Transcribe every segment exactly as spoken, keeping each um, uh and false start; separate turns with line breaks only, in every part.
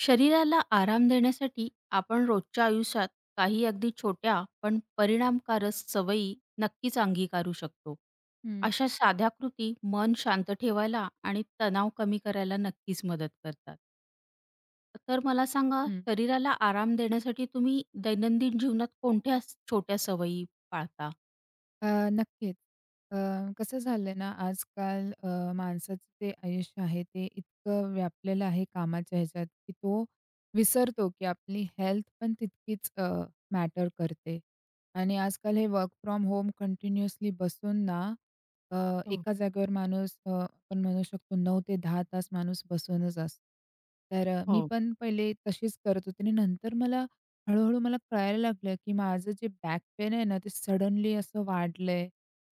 शरीराला आराम देण्यासाठी आपण रोजच्या आयुष्यात काही अगदी छोट्या पण परिणामकारक सवयी नक्कीच अंगीकारू शकतो.
हं,
अशा साध्या कृती मन शांत ठेवायला आणि तणाव कमी करायला नक्कीच मदत करतात. तर मला सांगा,
हं.
शरीराला आराम देण्यासाठी तुम्ही दैनंदिन जीवनात कोणत्या स छोट्या सवयी पाळता?
अ, नक्कीच. अ, कसं झालंय ना, आजकाल अ, माणसाचं ते आयुष्य आहे, ते इतकं व्यापलेलं आहे कामाच्या ह्याच्यात, की तो विसरतो, की आपली हेल्थ पण तितकीच अ, मॅटर करते. आणि आजकाल हे वर्क फ्रॉम होम कंटिन्युअसली बसून ना, अ,
हो,
एका जागेवर माणूस अ, आपण म्हणू शकतो नऊ ते दहा तास माणूस बसूनच असतो. तर अ, मी
हो,
पण पहिले तशीच करत होते आणि नंतर मला हळू-हळू मला कळायला लागलं, की माझं जे बॅक पेन आहे ना, ते सडनली असं वाढलंय,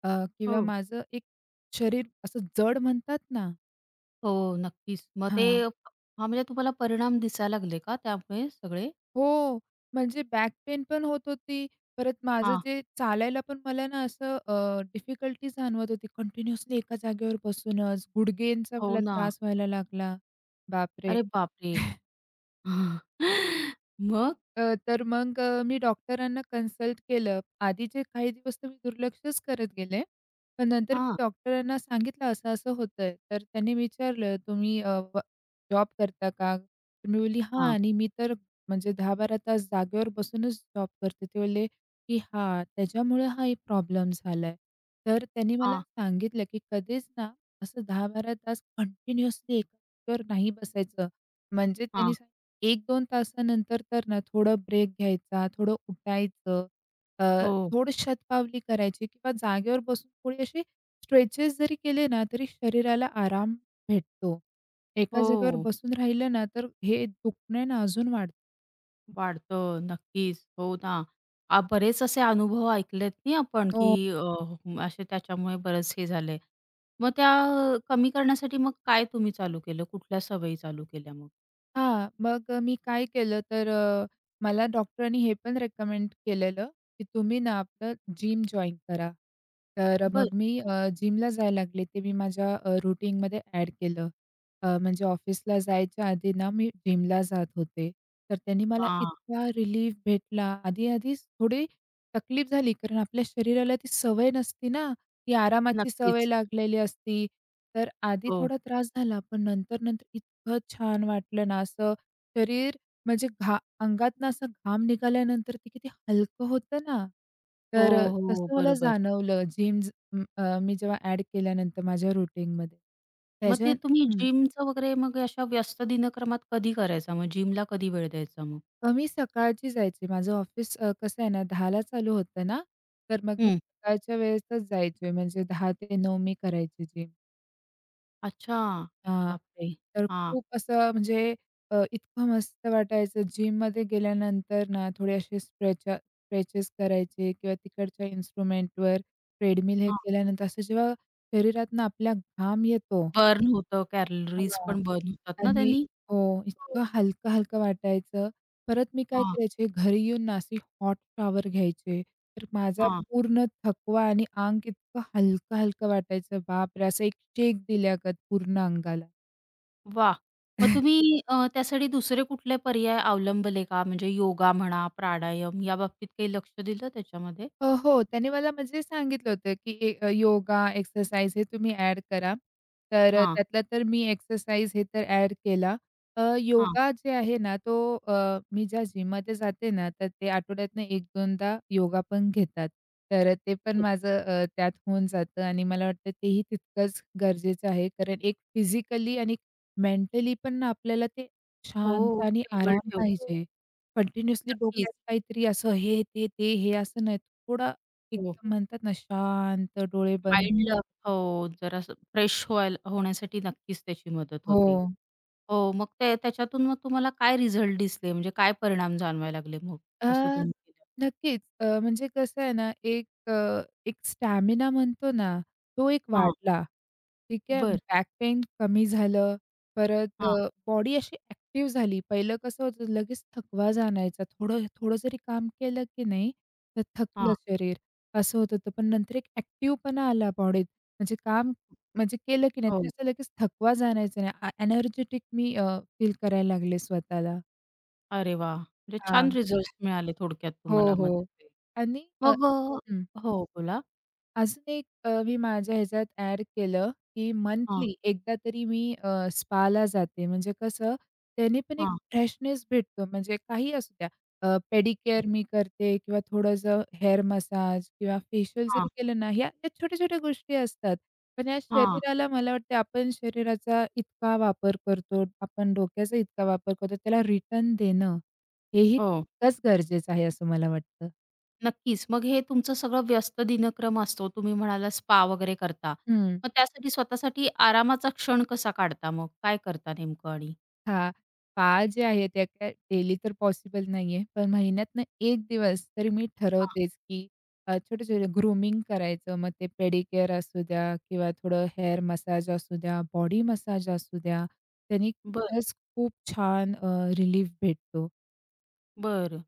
अ,
हो.
किंवा माझं एक शरीर असं जड म्हणतात ना.
हो, नक्कीच. मग ते
हां.
हां, म्हणजे तुम्हाला परिणाम दिसायला लागले का त्यामुळे सगळे?
हो, म्हणजे बॅक पेन पण होत होती. परत माझं
हां.
जे चालायला पण मला ना असं डिफिकल्टी जाणवत होती. कंटिन्युअसली एका जागेवर बसूनच गुडघेंचा
हो
मला
ना.
त्रास व्हायला लागला. बापरे!
अरे बापरे! हां. मग?
अ, तर मग अ, मी डॉक्टरांना कन्सल्ट केलं. आधीचे काही दिवस तर मी दुर्लक्षच करत गेले. पण नंतर मी
हां,
डॉक्टरांना सांगितलं, असं-असं होतंय. तर त्यांनी विचारलं, "तुम्ही अ, जॉब करता का?" तर मी बोलली, "हां",
हां,
आणि मी तर म्हणजे दहा ते बारा तास जागेवर बसूनच जॉब करते. ते बोलले, की "हां, त्याच्यामुळे हा एक प्रॉब्लेम झालाय." तर त्यांनी मला
हां,
सांगितलं, की "कधीच ना असं दहा ते बारा तास कंटिन्युअसली एका जागेवर नाही बसायचं." म्हणजे त्यांनी
हां.
एक दोन तासानंतर तर ना थोडं ब्रेक घ्यायचा, थोडं उठायचं, अ,
हो,
थोडं शतपावली करायची किंवा जागेवर बसून थोडी अशी स्ट्रेचेस जरी केले ना, तरी शरीराला आराम भेटतो. एका जागेवर
हो.
बसून राहिलं ना, तर हे दुखणे ना अजून वाढतं.
वाढतं नक्कीच. हो ना. आ, बरेच असे अनुभव ऐकलेत नाही आपण, की
हो.
अ, असे त्याच्यामुळे बरेच हे झाले. मग त्या कमी करण्यासाठी मग काय तुम्ही चालू केलं? कुठल्या सवयी चालू केल्या मग?
हां. मग अ, मी काय केलं तर अ, मला डॉक्टरांनी हे पण रेकमेंड केलेलं, की तुम्ही ना आपलं जिम जॉइन करा. तर अ,
बरं.
मग मी अ, जिमला जायला लागले. ते मी माझ्या अ, रूटीनमध्ये ॲड केलं. अ, म्हणजे ऑफिसला जायच्या आधी ना मी जिमला जात होते. तर त्यांनी मला
हां,
इतका रिलीफ भेटला. आधी-आधी थोडी तकलीफ झाली, कारण आपल्या शरीराला ती सवय नसती ना, ती आरामाची सवय
नक्कीच.
लागलेली असती. तर आधी
हो.
थोडा त्रास झाला, पण नंतर-नंतर इतकं छान वाटलं ना, असं शरीर म्हणजे घा अंगातनं असं घाम निघाल्यानंतर ते किती हलकं होतं ना. तर अ,
हो, हो.
तसं मला
बरोबर.
जाणवलं जिम ज अं, अ, मी जेव्हा ॲड केल्यानंतर माझ्या रूटीनमध्ये.
मग
त्याच्या.
ते तुम्ही
हं.
जिमचं वगैरे मग अशा व्यस्त दिनक्रमात कधी करायचा मग? जिमला कधी वेळ द्यायचा मग?
अ, मी सकाळची जायची. माझं ऑफिस अ, कसं आहे ना, 10:00ला चालू होतं ना, तर मग मी
हं.
सकाळच्या वेळेसच जायचे, म्हणजे दहा ते नऊ मी करायची जिम.
अच्छा.
हां.
बापरे!
तर
हां.
खूप असं म्हणजे अ, इतकं मस्त वाटायचं जिममध्ये गेल्यानंतर ना थोडे असे स्ट्रेचा स्ट्रेचेस करायचे किंवा तिकडच्या इन्स्ट्रुमेंटवर ट्रेडमिल हे
हां,
केल्यानंतर, असं जेव्हा शरीरातनं आपल्या घाम येतो.
बर्न होतं, कॅलरीज
हां.
पण बर्न होतात ना
आणि
त्यांनी?
हो,
हो.
इतकं हलकं-हलकं वाटायचं. परत मी काय
हां,
करायचे, घरी येऊन ना अशी हॉट शॉवर घ्यायचे. तर माझा
हां.
पूर्ण थकवा आणि अंग इतकं हलकं-हलकं वाटायचं. बापरे! असं एक शेक दिल्यागत पूर्ण अंगाला.
वाह! मग तुम्ही अ, त्यासाठी दुसरे कुठले पर्याय अवलंबले का? म्हणजे योगा म्हणा, प्राणायाम याबाबतीत काही लक्ष दिलं त्याच्यामध्ये?
अ, हो, त्याने मला म्हणजे सांगितलं होतं, की ए अ, योगा, एक्सरसाइज हे तुम्ही ॲड करा. तर अ,
हां,
त्यातला तर मी एक्सरसाइज हे तर ॲड केला. अ,
हां.
योगा जे आहे ना, तो, अ, मी ज्या जिममध्ये जाते ना, तर ते आठवड्यातनं एक-2दा योगा पण घेतात. तर ते पण माझं अ, त्यात होऊन जातं, आणि मला वाटतं तेही तितकंच गरजेचं आहे. कारण एक फिजिकली आणि मेंटली पण ना, आपल्याला ते
हो,
शांत आणि
स्टेबल
आराम
ठेवतो.
पाहिजे. कंटिन्युअसली
नक्कीच.
डोक्यात काहीतरी असं हे, ते, ते, हे असं नाही, थोडा
हो,
एकदम म्हणतात ना शांत डोळे बंद.
माइंडला हो, जरासं फ्रेश व्हायला होण्यासाठी नक्कीच त्याची मदत
हो.
होते. हो, मग ते त्याच्यातून मग तुम्हाला काय रिझल्ट दिसले? म्हणजे काय परिणाम जाणवायला लागले मग?
अ,
असं तुम्ही केलं?
नक्कीच. अ, म्हणजे कसं आहे ना, एक, अ, एक स्टॅमिना म्हणतो ना, तो एक
हां,
वाढला. ठीक आहे.
बरं.
बॅक पेन कमी झालं. परत अ,
हां,
बॉडी अशी ॲक्टिव्ह झाली. पहिलं कसं होतं, लगेच थकवा जाणायचा. थोडं थोडं जरी काम केलं की नाही, तर थकलं
हां.
शरीर, असं होत होतं. पण नंतर एक ॲक्टिव्हपणा आला बॉडीत. म्हणजे काम म्हणजे केलं की नाही, तरी
हो.
असं लगेच थकवा जाणायचा नाही. एनर्जेटिक मी फील करायला लागले स्वतःला.
अरे वा, म्हणजे छान
हां.
रिझल्ट्स मिळाले थोडक्यात
हो,
तुम्हाला मग
हो.
त्याचे.
आणि अ,
मग
हं.
अ हो, बोला.
अजून एक, अ, मी माझ्या ह्याच्यात ॲड केलं, की
हां,
मंथली एकदा तरी मी अ, स्पाला जाते. म्हणजे कसं, त्याने पण एक
हां,
फ्रेशनेस भेटतो. म्हणजे काही असू द्या, अ, पेडिक्युअर मी करते किंवा थोडंसं हेअर मसाज किंवा फेशियल जरी
हां,
केलं ना, ह्या या छोट्या-छोट्या गोष्टी असतात. पण या
हां.
शरीराला मला वाटतं आपण शरीराचा इतका वापर करतो, आपण डोक्याचा इतका वापर करतो, त्याला रिटर्न देणं हेही
हो,
तितकंच गरजेचं आहे असं मला वाटतं.
नक्कीच. मग हे तुमचं सगळं व्यस्त दिनक्रम असतो. तुम्ही म्हणालात स्पा वगैरे करता.
हं.
मग त्यासाठी स्वतःसाठी आरामाचा क्षण कसा काढता मग? काय करता नेमकं आणि?
हां. पाच जे आहे त्या काय डेली तर पॉसिबल नाहीये. पण महिन्यातनं एक दिवस तरी मी
हां,
ठरवतेच, की अ, छोटे-छोटे ग्रूमिंग करायचं. मग ते पेडिक्युअर असू द्या किंवा थोडं हेअर मसाज असू द्या, बॉडी मसाज असू द्या. त्यांनी
बरं,
खरंच खूप छान अ, रिलीफ भेटतो.
बरं.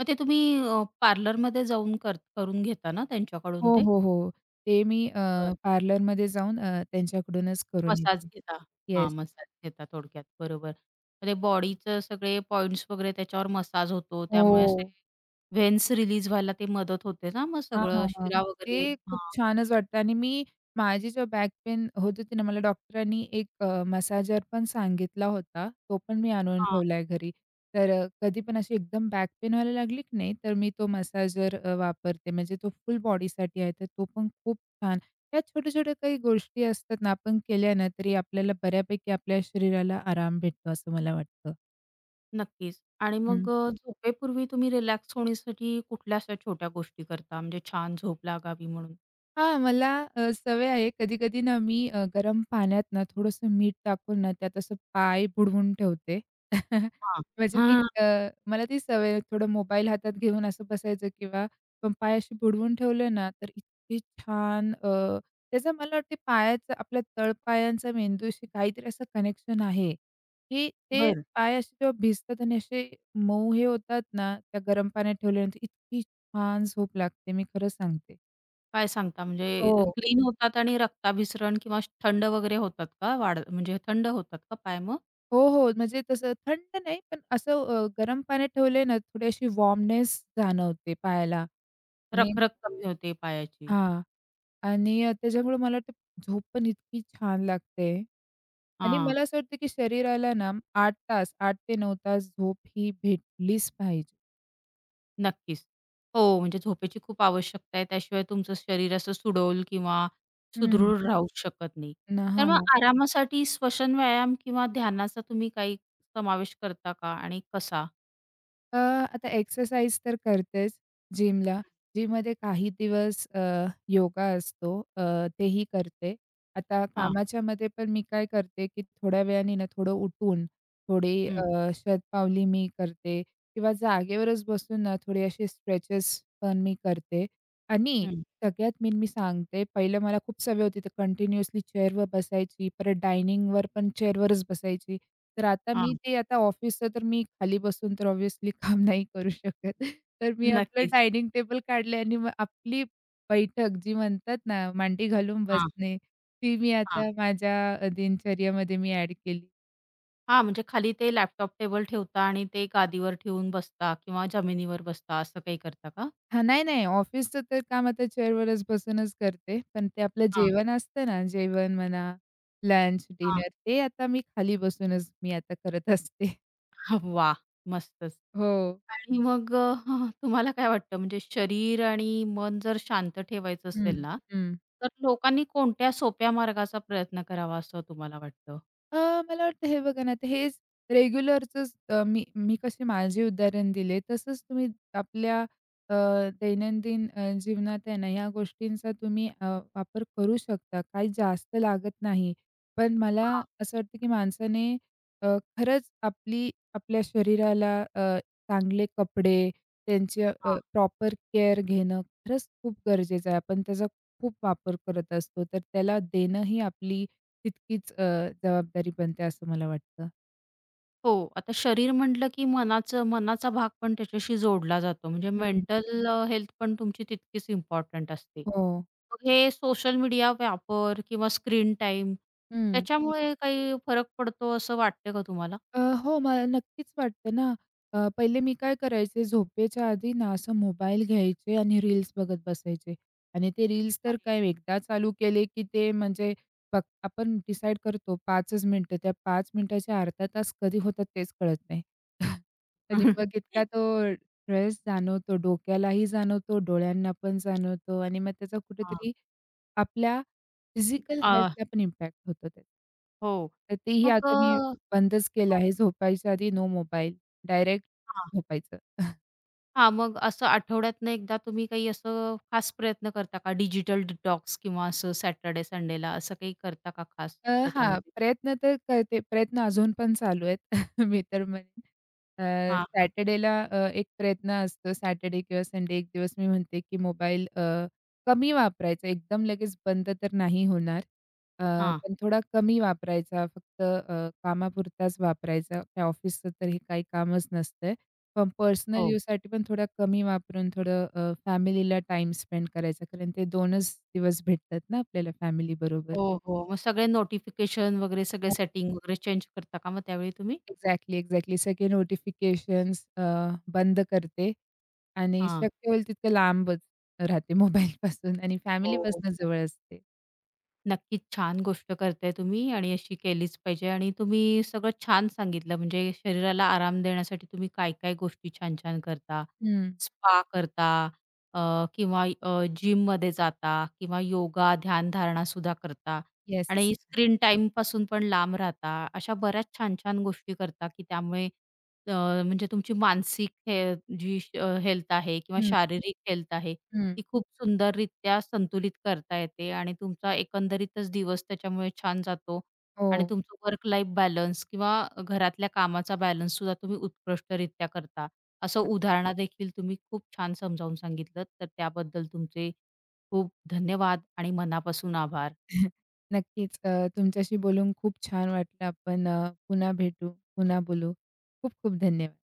मग ते तुम्ही अ, पार्लरमध्ये जाऊन कर करून घेता ना त्यांच्याकडून
हो,
ते?
हो, हो. ते मी, अ, पार्लरमध्ये जाऊन अ, त्यांच्याकडूनच करून
मसाज
येते.
घेता. हां,
येस.
मसाज घेता थोडक्यात. बरोबर. मग ते बॉडीचं सगळे पॉइंट्स वगैरे त्याच्यावर मसाज होतो. त्यामुळे असे
हो.
व्हेन्स रिलीज व्हायला ते मदत होते ना, मग
हां, हां,
सगळं
हां.
शिरा
ते
वगैरे.
खूप
हां,
छानच वाटतं. आणि मी, माझी जो बॅक पेन होत होती ना, मला डॉक्टरांनी एक अ, मसाजर पण सांगितला होता. तो पण मी आणून
हां.
ठेवलाय घरी. तर अ, कधी पण अशी एकदम बॅक पेन व्हायला लागली की नाही, तर मी तो मसाजर अ, वापरते. म्हणजे तो फुल बॉडीसाठी आहे. तर तो पण खूप छान. या छोट्या-छोट्या काही गोष्टी असतात ना, आपण केल्या ना, तरी आपल्याला बऱ्यापैकी आपल्या शरीराला आराम भेटतो असं मला वाटतं.
नक्कीच. आणि
हं.
मग अ, झोपेपूर्वी तुम्ही रिलॅक्स होण्यासाठी कुठल्या अशा छोट्या गोष्टी करता? म्हणजे छान झोप लागावी म्हणून?
हां, मला अ, सवय आहे. कधी-कधी ना मी अ, गरम पाण्यात ना थोडंसं मीठ टाकून ना त्यात असं पाय बुडवून ठेवते.
हां.
म्हणजे मी,
हां.
अ, मला ती सवय आहे. थोडं मोबाईल हातात घेऊन असं बसायचं, किंवा पण पाय असे बुडवून ठेवले ना, तर इतके छान, अ, त्याचा मला वाटते पायाचा आपल्या तळपायांचा मेंदूशी काहीतरी असं कनेक्शन आहे, की ते
बरं.
पाय असे जेव्हा भिजतात आणि असे मऊ हे होतात ना, त्या गरम पाण्यात ठेवल्यानंतर इतकी छान झोप लागते. मी खरं सांगते.
काय सांगता?
हो.
म्हणजे क्लीन होतात आणि रक्ताभिसरण किंवा थंड वगैरे होतात का? वाढ म्हणजे थंड होतात का पाय मग?
हो, हो. म्हणजे तसं थंड नाही, पण असं, अ, गरम पाण्यात ठेवले ना, थोडी अशी वॉर्मनेस जाणवते पायाला आणि.
रखरख कमी होते पायाची.
हां. आणि अ, त्याच्यामुळे मला वाटतं झोप पण इतकी छान लागते. आणि
हां.
मला असं वाटतं, की शरीराला ना आठ तास, आठ ते नऊ तास झोप ही भेटलीच पाहिजे.
नक्कीच. हो, म्हणजे झोपेची खूप आवश्यकता आहे. त्याशिवाय तुमचं शरीर असं सुडौल किंवा
हं.
सुदृढ राहू शकत नाही.
ना,
तर
हां
मग
ना.
आरामासाठी श्वसन व्यायाम किंवा ध्यानाचा तुम्ही काही समावेश करता का आणि कसा?
अ, आता एक्सरसाइज तर करतेच जिमला. जिममध्ये काही दिवस अ, योगा असतो, अ, तेही करते. आता
हां.
कामाच्यामध्ये पण मी काय करते, की थोड्या वेळाने ना थोडं उठून, थोडी
हं,
अ, शतपावली मी करते किंवा जागेवरच बसून ना थोडे असे स्ट्रेचेस पण मी करते. आणि
हं.
सगळ्यात मेन मी सांगते, पहिलं मला खूप सवय होती तर कंटिन्युअसली चेअरवर बसायची, परत डायनिंगवर पण चेअरवरच बसायची. तर आता मी
हां.
ते आता ऑफिसचं तर मी खाली बसून तर ऑब्व्हियसली काम नाही करू शकत. तर मी आपलं
नक्कीच.
डायनिंग टेबल काढले आणि मग आपली बैठक जी म्हणतात ना, मांडी घालून
हां,
बसणे, ती मी
हां.
आता माझ्या अ, दिनचर्येमध्ये मी ॲड केली.
हां, म्हणजे खाली ते लॅपटॉप टेबल ठेवता आणि ते गादीवर ठेवून बसता किंवा जमिनीवर बसता असं काही करता का?
हां, नाही, नाही, ऑफिसचं तर काम आता चेअरवरच बसूनच करते. पण ते आपलं
हां,
जेवण असतं ना, जेवण म्हणा, लंच,
हां.
डिनर, ते आता मी खाली बसूनच मी आता करत असते.
वाह! मस्तच.
हो.
आणि मग अ, तुम्हाला काय वाटतं, म्हणजे शरीर आणि मन जर शांत ठेवायचं असेल
हं,
ना,
हं.
तर लोकांनी कोणत्या सोप्या मार्गाचा प्रयत्न करावा असं तुम्हाला वाटतं?
अ, मला वाटतं हे बघा ना, तर हेच रेग्युलरचंच, अ, मी मी कसे माझे उदाहरण दिले, तसंच तुम्ही आपल्या, अ, दैनंदिन, अ, जीवनात आहे ना, ह्या गोष्टींचा तुम्ही, अ, वापर करू शकता. काही जास्त लागत नाही. पण मला
हां,
असं वाटतं, की माणसाने, अ, खरंच आपली आपल्या शरीराला, अ, चांगले कपडे, त्यांची
हां.
प्रॉपर केअर घेणं खरंच खूप गरजेचं आहे. आपण त्याचा खूप वापर करत असतो, तर त्याला देणं ही आपली तितकीच, अ, जबाबदारी बनते असं मला वाटतं.
हो, आता शरीर म्हटलं की मनाचं मनाचा भाग पण त्याच्याशी जोडला जातो. म्हणजे
हं.
मेंटल हेल्थ पण तुमची तितकीच इम्पॉर्टंट असते.
हो.
मग हे सोशल मीडिया वापर किंवा स्क्रीन टाईम
हं.
त्याच्यामुळे काही फरक पडतो असं वाटतं का तुम्हाला?
अ, हो, मला नक्कीच वाटतं ना. अ, पहिले मी काय करायचे झोपेच्या आधी ना असं मोबाईल घ्यायचे आणि रील्स बघत बसायचे, आणि ते रील्स तर
अरे!
काय एकदा चालू केले, की ते म्हणजे, बघ आपण डिसाईड करतो 5च मिनिटं, त्या पाच मिनिटाचे अर्धा तास कधी होतात तेच कळत नाही. आणि मग इतका तो स्ट्रेस जाणवतो, डोक्यालाही जाणवतो, डोळ्यांना पण जाणवतो, आणि मग त्याचा
हां.
कुठेतरी आपल्या फिजिकल
अ,
हेल्थला पण इम्पॅक्ट होतो त्याचा.
हो.
तर तेही
मग
आता मी बंदच केलं
हो,
आहे. झोपायच्या आधी नो मोबाईल. डायरेक्ट
हां.
झोपायचं.
हां, मग असं आठवड्यातनं एकदा तुम्ही काही असं खास प्रयत्न करता का? डिजिटल डिटॉक्स किंवा असं सॅटर्डे संडेला असं काही करता का खास
अ, हां,
त्याच्यामध्ये?
प्रयत्न तर करते. प्रयत्न अजून पण चालू आहेत. मी तर म्हणेन, अ,
हां, हां,
सॅटर्डेला अ, एक प्रयत्न असतो. सॅटर्डे किंवा संडे एक दिवस मी म्हणते, की मोबाईल, अ, कमी वापरायचा. एकदम लगेच बंद तर नाही होणार. अ,
हां.
पण थोडा कमी वापरायचा. फक्त, अ, कामापुरताच वापरायचा. त्या ऑफिसचं तर हे काही कामच नसतंय. पण पर्सनल
हो,
यूजसाठी पण थोडा कमी वापरून थोडं, अ, फॅमिलीला टाईम स्पेंड करायचा. कारण ते दोनच दिवस भेटतात ना आपल्याला फॅमिलीबरोबर.
हो, हो. मग सगळे नोटिफिकेशन वगैरे सगळे सेटिंग वगैरे चेंज करता का मग त्यावेळी तुम्ही?
Exactly, exactly. सगळे नोटिफिकेशन्स, अ, बंद करते आणि
हां.
शक्य होईल तितकं लांबच राहते मोबाईलपासून आणि
हो, हो.
फॅमिलीपासून जवळ असते.
नक्कीच छान गोष्ट करताय तुम्ही आणि अशी केलीच पाहिजे. आणि तुम्ही सगळं छान सांगितलं, म्हणजे शरीराला आराम देण्यासाठी तुम्ही काय काय गोष्टी छान छान करता.
हं.
स्पा करता, अ, किंवा अ, जिममध्ये जाता किंवा योगा, ध्यान ध्यानधारणा सुद्धा करता
येस.
आणि स्क्रीन टाईमपासून पण लांब राहता. अशा बऱ्याच छान छान गोष्टी करता, की त्यामुळे अ, म्हणजे तुमची मानसिक हे जी हेल्थ आहे किंवा
हं,
शारीरिक हेल्थ आहे
हं.
ती खूप सुंदररित्या संतुलित करता येते आणि तुमचा एकंदरीतच दिवस त्याच्यामुळे छान जातो
हो.
आणि तुमचं वर्क लाईफ बॅलन्स किंवा घरातल्या कामाचा बॅलन्स सुद्धा तुम्ही उत्कृष्टरित्या करता. असं उदाहरणा देखील तुम्ही खूप छान समजावून सांगितलंत. तर त्याबद्दल तुमचे खूप धन्यवाद आणि मनापासून आभार.
नक्कीच. अ, तुमच्याशी बोलून खूप छान वाटलं. आपण, अ, पुन्हा भेटू, पुन्हा बोलू. खूप खूप धन्यवाद.